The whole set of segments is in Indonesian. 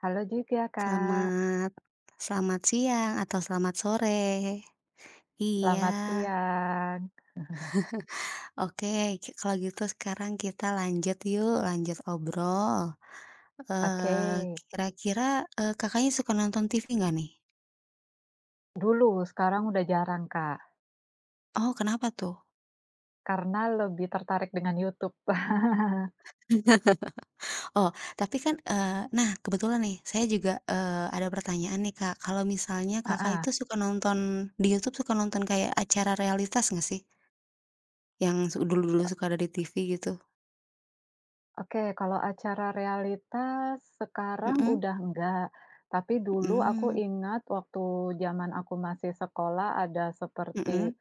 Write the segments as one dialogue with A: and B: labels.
A: Halo juga, Kak.
B: Selamat selamat siang atau selamat sore. Iya,
A: Selamat siang.
B: oke, kalau gitu sekarang kita lanjut yuk, lanjut obrol.
A: Oke,
B: Kira-kira, Kakaknya suka nonton TV nggak nih?
A: dulu, sekarang udah jarang, Kak,
B: Oh, kenapa tuh?
A: karena lebih tertarik dengan YouTube.
B: Oh, tapi kan, nah kebetulan nih saya juga, ada pertanyaan nih, Kak. Kalau misalnya Kakak
A: Ah,
B: itu suka nonton di YouTube suka nonton kayak acara realitas nggak sih? Yang dulu-dulu suka ada di TV gitu?
A: oke, kalau acara realitas sekarang
B: Mhm,
A: udah enggak, tapi dulu aku
B: mmm.
A: ingat waktu zaman aku masih sekolah ada seperti
B: Mhm.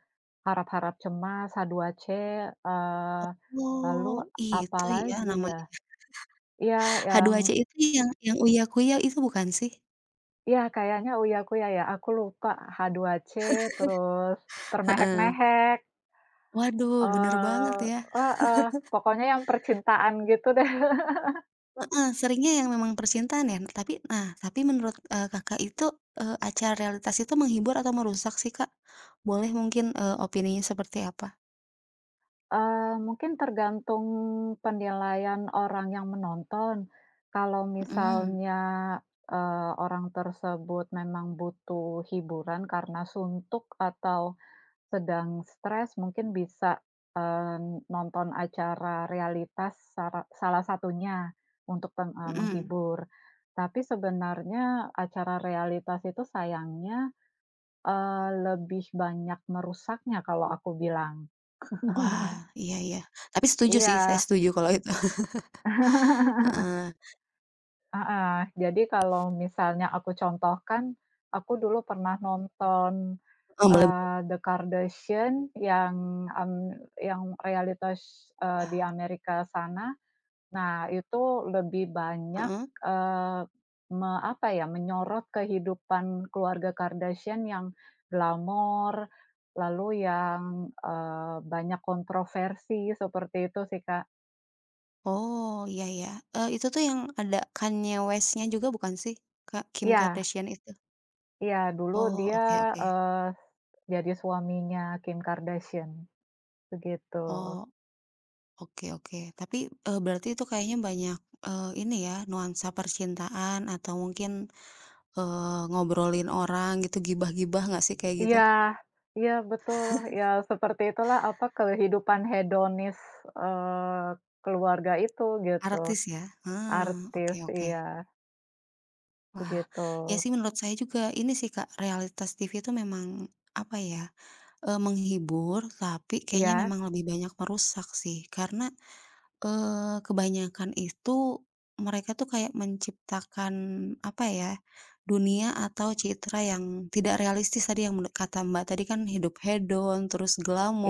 A: Harap-Harap Cemas, H2C, eee, lalu
B: Oh, itu ya
A: apalagi ya? Ya,
B: namanya.
A: iya,
B: H2C itu yang Uya-Kuya itu bukan sih?
A: iya, kayaknya Uyakuya ya, ya, aku lupa H2C, terus
B: Heeh.
A: Termehek-mehek,
B: Waduh, bener banget ya.
A: Ah, heeh, pokoknya yang percintaan gitu deh.
B: Heeh, seringnya yang memang percintaan ya. Tapi nah, menurut, Kakak itu, acara realitas itu menghibur atau merusak sih, Kak? Boleh mungkin, opininya seperti apa?
A: Mungkin tergantung penilaian orang yang menonton. Kalau
B: Mhm,
A: misalnya, orang tersebut memang butuh hiburan karena suntuk atau sedang stres mungkin bisa, eee, nonton acara realitas salah satunya untuk
B: mhm.
A: menghibur. Tapi sebenarnya acara realitas itu sayangnya, lebih banyak merusaknya kalau aku bilang.
B: Wah, iya iya. Tapi setuju sih, saya
A: Iya,
B: setuju kalau itu. Heeh.
A: heeh. Jadi kalau misalnya aku contohkan, aku dulu pernah nonton,
B: Heeh, boleh boleh.
A: The Kardashian mmm, yang realitas,
B: Wah,
A: di Amerika sana. Nah, itu lebih banyak,
B: heeh.
A: eee, apa ya, menyorot kehidupan keluarga Kardashian yang glamor, lalu yang, banyak kontroversi seperti itu sih, Kak.
B: Oh, iya iya. Itu tuh yang ada Kanye West-nya juga bukan sih, Kak? Kim
A: Iya
B: Kardashian itu?
A: iya, dulu
B: Oh,
A: dia,
B: oke oke.
A: eee, jadi suaminya Kim Kardashian, begitu.
B: Oh, oke oke. Tapi, berarti itu kayaknya banyak, ini ya, nuansa percintaan atau mungkin, ngobrolin orang gitu, gibah-gibah nggak sih kayak gitu?
A: Iya iya, betul. Ya seperti itulah, apa, kehidupan hedonis, eee, keluarga itu gitu,
B: Artis ya? Ah, oke
A: artis,
B: oke.
A: iya.
B: Wah,
A: Begitu.
B: ya sih menurut saya juga ini sih, Kak, realitas TV itu memang, apa ya, menghibur, tapi kayaknya
A: Iya
B: memang lebih banyak merusak sih. Karena kebanyakan itu mereka tuh kayak menciptakan, apa ya, dunia atau citra yang tidak realistis tadi yang menurut kata Mbak tadi kan hidup hedon, terus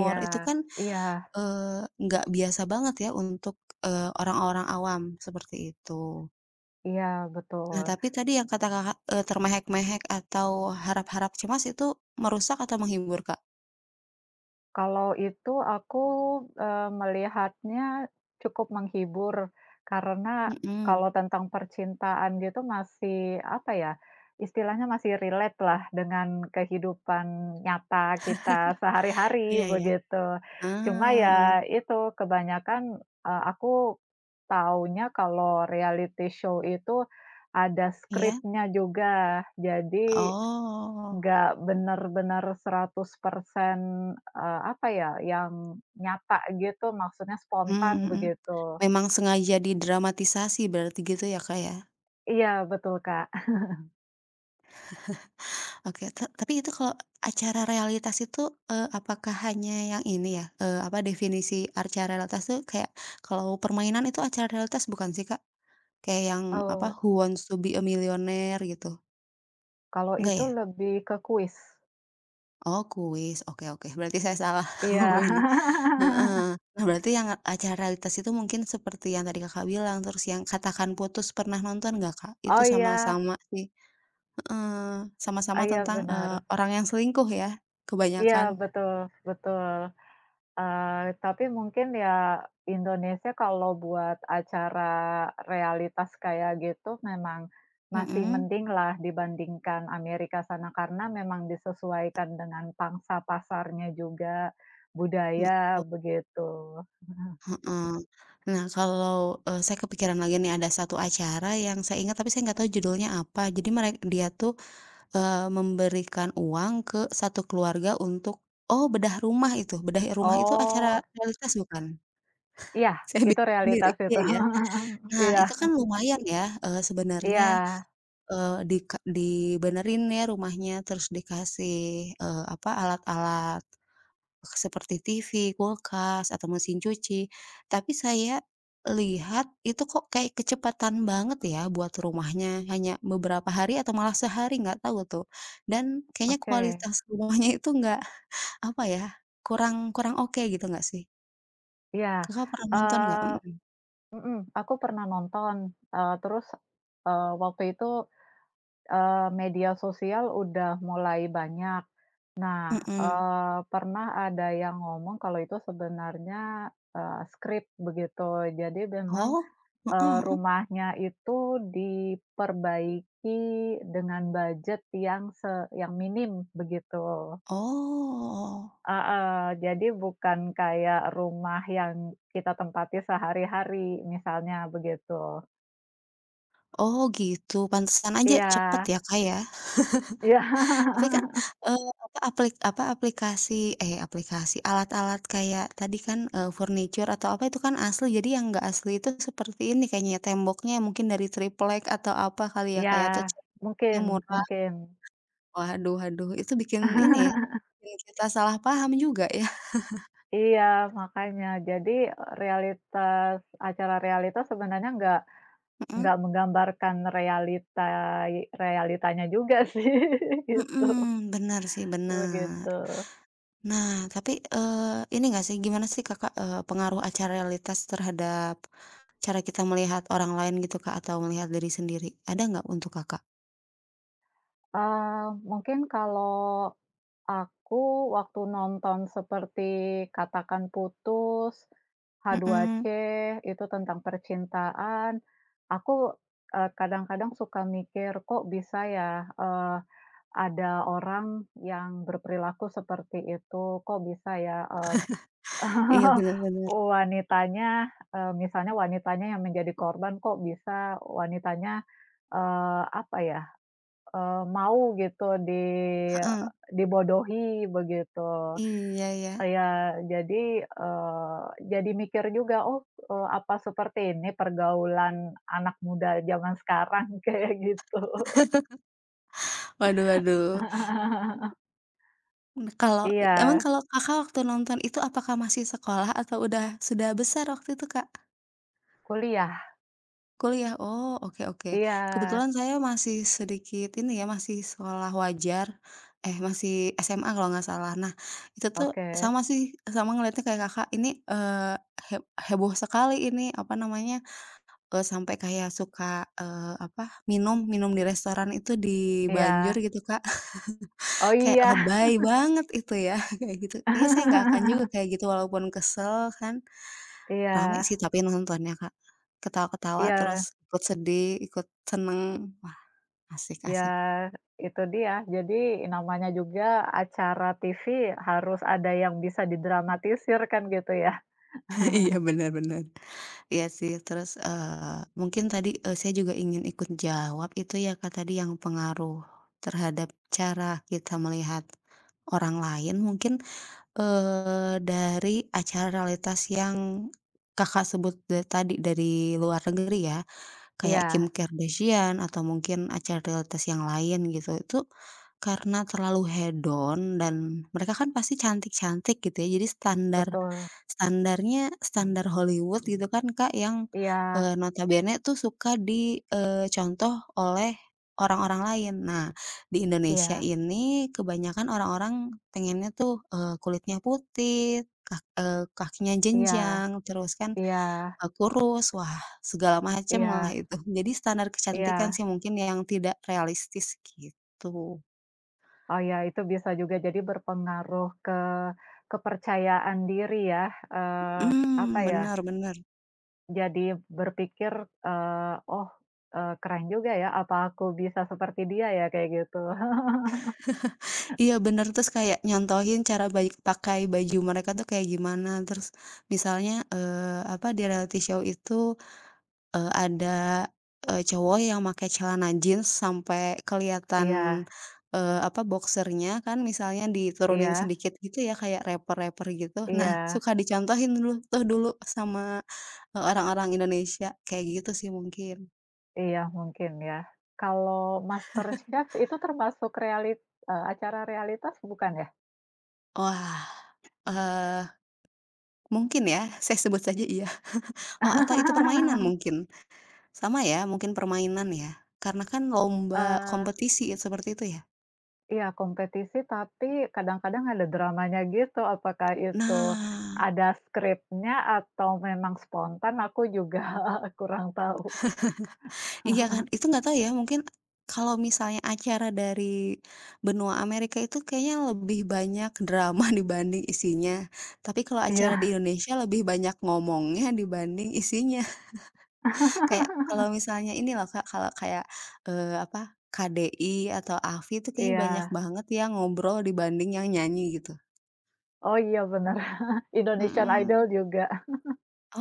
A: iya
B: itu kan,
A: iya
B: eee, nggak biasa banget ya untuk, orang-orang awam, seperti itu.
A: iya,
B: Nah,
A: betul.
B: tapi tadi yang kata Kakak, termehek-mehek atau harap-harap cemas itu merusak atau menghibur, Kak?
A: Kalau itu aku, melihatnya cukup menghibur, karena
B: Mhm.
A: kalau tentang percintaan gitu masih, apa ya, istilahnya masih relate lah dengan kehidupan nyata kita sehari-hari,
B: Iya ya.
A: begitu. Cuma
B: Ah,
A: ya itu, kebanyakan, aku taunya kalau reality show itu ada
B: iya?
A: skripnya juga. Jadi
B: Oh.
A: nggak benar bener 100%, apa ya, yang nyata gitu, maksudnya
B: Mmm,
A: spontan
B: mhm.
A: begitu.
B: Memang sengaja didramatisasi berarti gitu ya, Kak, ya?
A: Iya, betul, Kak.
B: Oke, tapi itu kalau acara realitas itu, apakah hanya yang ini ya, apa, definisi acara realitas tuh kayak kalau permainan itu acara realitas bukan sih, Kak? Kayak yang apa,
A: Eee,
B: Who Wants to Be a Millionaire gitu?
A: Kalau
B: Enggak
A: itu
B: ya?
A: lebih ke kuis.
B: Oh, kuis. Oke oke, berarti saya salah
A: Iya.
B: ngomong ini. Heeh. Nah, berarti yang acara realitas itu mungkin seperti yang tadi Kakak bilang, terus yang Katakan Putus pernah nonton nggak, Kak? Itu
A: Oh, iya.
B: sama-sama sih. Heeh,
A: Oh,
B: sama-sama
A: iya
B: tentang,
A: bener.
B: orang yang selingkuh ya,
A: Iya,
B: kebanyakan.
A: betul betul. Tapi mungkin ya Indonesia kalau buat acara realitas kayak gitu memang masih
B: Mhm,
A: mending lah dibandingkan Amerika sana, karena memang disesuaikan dengan pangsa pasarnya juga, budaya,
B: betul,
A: begitu.
B: heeh. Nah kalau, saya kepikiran lagi nih ada satu acara yang saya ingat tapi saya nggak tahu judulnya apa. Jadi dia tuh, memberikan uang ke satu keluarga untuk oh, bedah rumah itu acara
A: Oh,
B: realitas bukan?
A: iya,
B: Saya
A: itu
B: bikin sendiri,
A: realitas
B: iya
A: itu.
B: ya? Nah
A: Iya
B: itu kan lumayan ya, sebenarnya
A: iya,
B: Dibenerin ya rumahnya, terus dikasih, apa, alat-alat seperti TV, kulkas, atau mesin cuci. Tapi saya lihat itu kok kayak kecepatan banget ya buat rumahnya, hanya beberapa hari atau malah sehari, nggak tahu tuh. Dan kayaknya
A: oke,
B: kualitas rumahnya itu nggak, apa ya, kurang kurang oke gitu nggak sih?
A: iya.
B: Kakak pernah nonton nggak?
A: Eee,
B: Mhm,
A: mhm, aku pernah nonton, terus, waktu itu, media sosial udah mulai banyak. Nah,
B: mhm.
A: pernah ada yang ngomong kalau itu sebenarnya, skrip begitu. Jadi memang,
B: Oh, mhm mhm.
A: rumahnya itu diperbaiki dengan budget yang minim begitu.
B: Oh.
A: Heeh, jadi bukan kayak rumah yang kita tempati sehari-hari misalnya begitu.
B: Oh gitu, pantesan aja
A: Iya,
B: cepet ya, Kak, ya.
A: iya,
B: Tapi kan, apa, apa, aplikasi, eh, alat-alat kayak tadi kan, furniture atau apa itu kan asli, jadi yang nggak asli itu seperti ini kayaknya ya, temboknya ya, mungkin dari triplek atau apa kali ya,
A: iya,
B: kayak atau
A: mungkin
B: catnya murah.
A: mungkin.
B: Waduh waduh, itu bikin ini ya, bikin kita salah paham juga ya.
A: Iya, makanya. Jadi, realitas acara realitas sebenarnya nggak
B: Mhm.
A: nggak menggambarkan realitanya juga sih, gitu,
B: Mhm, bener sih, benar.
A: begitu.
B: Nah, tapi, ini nggak sih, gimana sih Kakak, pengaruh acara realitas terhadap cara kita melihat orang lain gitu Kak, atau melihat diri sendiri? Ada nggak untuk Kakak?
A: Mungkin kalau aku waktu nonton seperti Katakan Putus, H2C,
B: Mhm,
A: itu tentang percintaan, aku, kadang-kadang suka mikir, "Kok bisa ya, ada orang yang berperilaku seperti itu, kok bisa ya,
B: iya benar-benar.
A: wanitanya, misalnya wanitanya yang menjadi korban, kok bisa wanitanya, apa ya, mau gitu
B: Heeh,
A: dibodohi begitu.
B: iya ya.
A: Eh, ya jadi, eee, jadi mikir juga, "Oh, apa seperti ini pergaulan anak muda zaman sekarang?" Kayak gitu.
B: Waduh waduh, mmm, kalau
A: Iya,
B: emang kalau Kakak waktu nonton itu apakah masih sekolah atau udah besar waktu itu, Kak?
A: kuliah.
B: Kuliah, oh, oke oke.
A: Iya,
B: Kebetulan saya masih sedikit ini ya, masih sekolah wajar, eh, masih SMA kalau nggak salah. Nah, itu tuh
A: oke.
B: sama sih, sama ngeliatnya kayak Kakak ini, he heboh sekali ini, apa namanya, sampai kayak suka, apa, minum minum di restoran itu di Banjur
A: Iya.
B: gitu, Kak.
A: Oh
B: Kayak
A: iya.
B: lebay banget itu ya, kayak gitu. Kayaknya saya nggak akan juga kayak gitu walaupun kesel kan.
A: Iya
B: Rame sih tapi nontonnya, Kak. Ketawa-ketawa
A: iya
B: terus ikut sedih, ikut seneng. Wah, asik
A: iya,
B: asik.
A: itu dia. Jadi namanya juga acara TV harus ada yang bisa didramatisir kan gitu ya.
B: Iya, bener bener. Iya sih, terus, mungkin tadi, saya juga ingin ikut jawab itu ya, Kak, tadi yang pengaruh terhadap cara kita melihat orang lain mungkin, dari acara realitas yang Kakak sebut tadi dari luar negeri ya. Kayak Kim
A: Iya,
B: Kardashian atau mungkin acara realitas yang lain gitu, itu karena terlalu hedon dan mereka kan pasti cantik-cantik gitu ya, jadi standar
A: betul.
B: standarnya standar Hollywood gitu kan, Kak, yang,
A: Iya
B: notabene tuh suka di contoh oleh orang-orang lain. Nah, di Indonesia
A: iya
B: ini kebanyakan orang-orang pengennya tuh, kulitnya putih, kakinya
A: iya
B: jenjang, terus kan
A: iya
B: Kurus, wah segala macem lah
A: iya
B: itu. Jadi standar kecantikan
A: iya.
B: sih mungkin yang tidak realistis gitu.
A: Oh ya itu bisa juga jadi berpengaruh ke kepercayaan diri ya, eee, apa
B: Mhm,
A: ya.
B: bener bener.
A: Jadi berpikir, "Oh, keren juga ya, apa aku bisa seperti dia ya?" Kayak gitu.
B: Iya bener, terus kayak nyontohin cara baik pakai baju mereka tuh kayak gimana, terus misalnya, apa, di reality show itu, ada, cowok yang make celana jeans sampai kelihatan,
A: Iya
B: apa, boxer-nya kan misalnya diturunin
A: iya
B: sedikit gitu ya kayak raper-raper gitu. Nah,
A: iya
B: suka dicontohin dulu tuh dulu sama ke orang-orang Indonesia, kayak gitu sih mungkin.
A: iya, mungkin ya. Kalau MasterChef itu termasuk acara realitas bukan ya?
B: Wah, eee, mungkin ya, saya sebut saja iya. Oh, atau itu permainan mungkin? Sama ya, mungkin permainan ya? Karena kan lomba
A: Eee,
B: kompetisi seperti itu ya?
A: iya kompetisi, tapi kadang-kadang ada dramanya gitu, apakah itu
B: Nah,
A: ada skripnya atau memang spontan, aku juga kurang tahu.
B: iya kan, itu nggak tahu ya, mungkin kalau misalnya acara dari benua Amerika itu kayaknya lebih banyak drama dibanding isinya. Tapi kalau acara di
A: Iya
B: Indonesia lebih banyak ngomongnya dibanding isinya. Kayak kalau misalnya ini loh Kak, kalau kayak, apa, KDI atau AFI itu kayaknya banyak
A: iya.
B: banget yang ngobrol dibanding yang nyanyi gitu.
A: Oh iya, bener. Indonesian Idol
B: Mhm.
A: juga.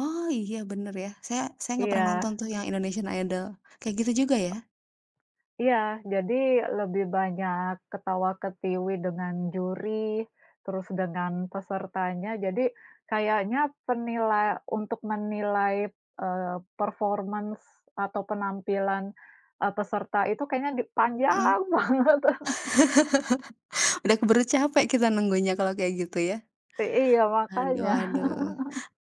B: Oh iya bener ya, saya nggak pernah
A: Iya
B: nonton tuh yang Indonesian Idol. Kayak gitu juga ya?
A: iya, jadi lebih banyak ketawa-ketiwi dengan juri, terus dengan pesertanya, jadi kayaknya penilai untuk menilai, performance atau penampilan, peserta itu kayaknya di
B: Heeh,
A: panjang banget.
B: udah keburu capek kita nunggunya kalau kayak gitu ya.
A: Iya,
B: Aduh
A: makanya.
B: aduh.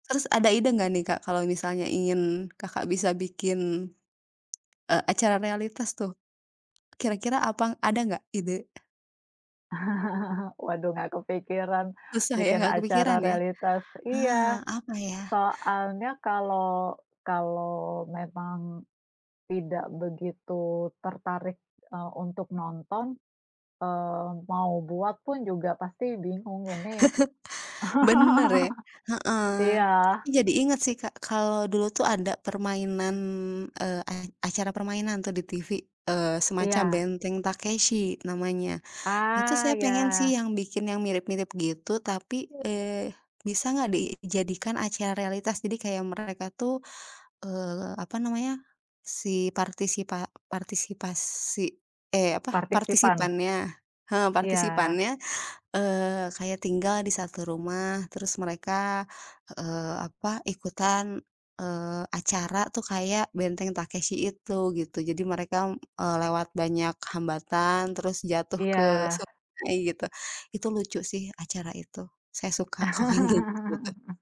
B: Terus ada ide nggak nih Kak, kalau misalnya ingin Kakak bisa bikin, acara realitas tuh, kira-kira apa ada nggak ide?
A: Waduh, nggak kepikiran
B: Susah ya,
A: bikin
B: nggak kepikiran
A: acara
B: ya?
A: realitas. Iya,
B: Ah, apa ya?
A: soalnya kalau kalau memang tidak begitu tertarik, untuk nonton, mau buat pun juga pasti bingung ini
B: Bener ya, heeh.
A: iya
B: Tapi jadi inget sih Kak, kalau dulu tuh ada permainan, acara permainan tuh di TV, semacam
A: iya,
B: Benteng Takeshi namanya. Itu
A: ah,
B: saya
A: ya
B: pengen sih yang bikin yang mirip-mirip gitu tapi, bisa nggak dijadikan acara realitas? Jadi kayak mereka tuh, apa namanya, si partisipa partisipasi eh, apa,
A: partisipan,
B: partisipannya, heeh,
A: iya
B: partisipannya, kayak tinggal di satu rumah, terus mereka, apa, ikutan, acara tuh kayak Benteng Takeshi itu, gitu. Jadi mereka, lewat banyak hambatan, terus jatuh ke
A: iya.
B: sungai, gitu. Itu lucu sih acara itu. Saya suka kalau yang kayak gitu tuh.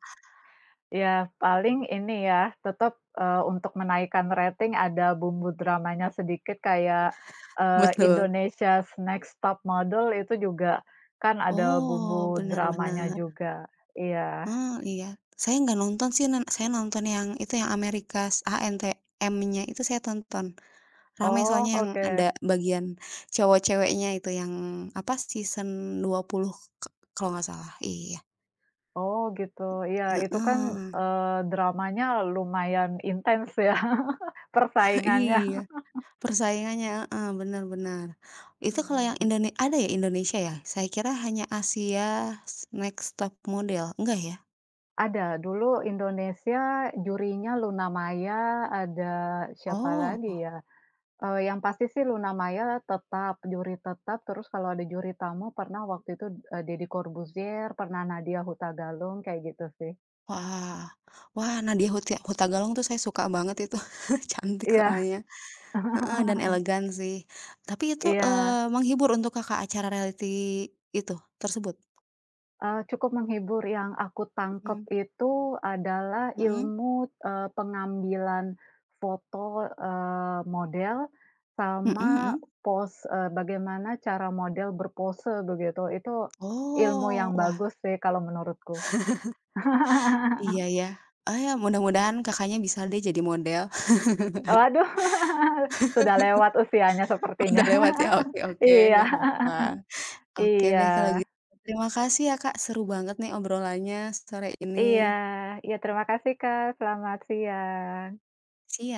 A: Ya paling ini ya, tetap, untuk menaikkan rating ada bumbu dramanya sedikit kayak,
B: Betul.
A: Indonesia's Next Top Model itu juga kan ada
B: Oh,
A: bumbu dramanya
B: benar-benar
A: juga, iya.
B: Iya. Saya nggak nonton sih, nen saya nonton yang itu, yang Amerikas, ANTM-nya itu saya tonton. Rame
A: Oh,
B: soalnya yang
A: oke.
B: ada bagian cowok ceweknya itu yang, apa, season 20 k kalau nggak salah, iya,
A: Oh, gitu. Iya, itu kan,
B: heeh,
A: dramanya lumayan intens ya, persaingannya.
B: iya, persaingannya, heeh, bener bener. Itu kalau yang
A: Mhm.
B: Ada ya Indonesia ya? Saya kira hanya Asia Next Top Model, enggak ya?
A: Ada, dulu Indonesia jurinya Luna Maya, ada siapa
B: Oh,
A: lagi ya, yang pasti sih Luna Maya tetap, juri tetap, terus kalau ada juri tamu pernah waktu itu, Deddy Corbuzier, pernah Nadya Hutagalung, kayak gitu sih.
B: wah, wah, Nadya Hutagalung tuh saya suka banget itu, cantik
A: Iya.
B: soalnya, heeh, dan elegan sih. Tapi itu,
A: Iya.
B: menghibur untuk Kakak acara reality itu, tersebut?
A: Cukup menghibur yang aku tangkep
B: Mmm,
A: itu adalah
B: mhm,
A: ilmu, pengambilan foto, model
B: mhm
A: sama
B: mhm.
A: pose, bagaimana cara model berpose begitu. Itu ilmu
B: Oh,
A: yang
B: wah,
A: bagus sih kalau menurutku.
B: iya ya. Ah, ya mudah-mudahan Kakaknya bisa deh jadi model.
A: Waduh, sudah lewat usianya sepertinya.
B: Udah lewat ya? Oke oke, nggak
A: Iya
B: apa-apa. Oke
A: iya
B: deh kalau gitu. Terima kasih ya Kak, seru banget nih obrolannya sore ini.
A: iya iya, terima kasih Kak, selamat siang.
B: Sia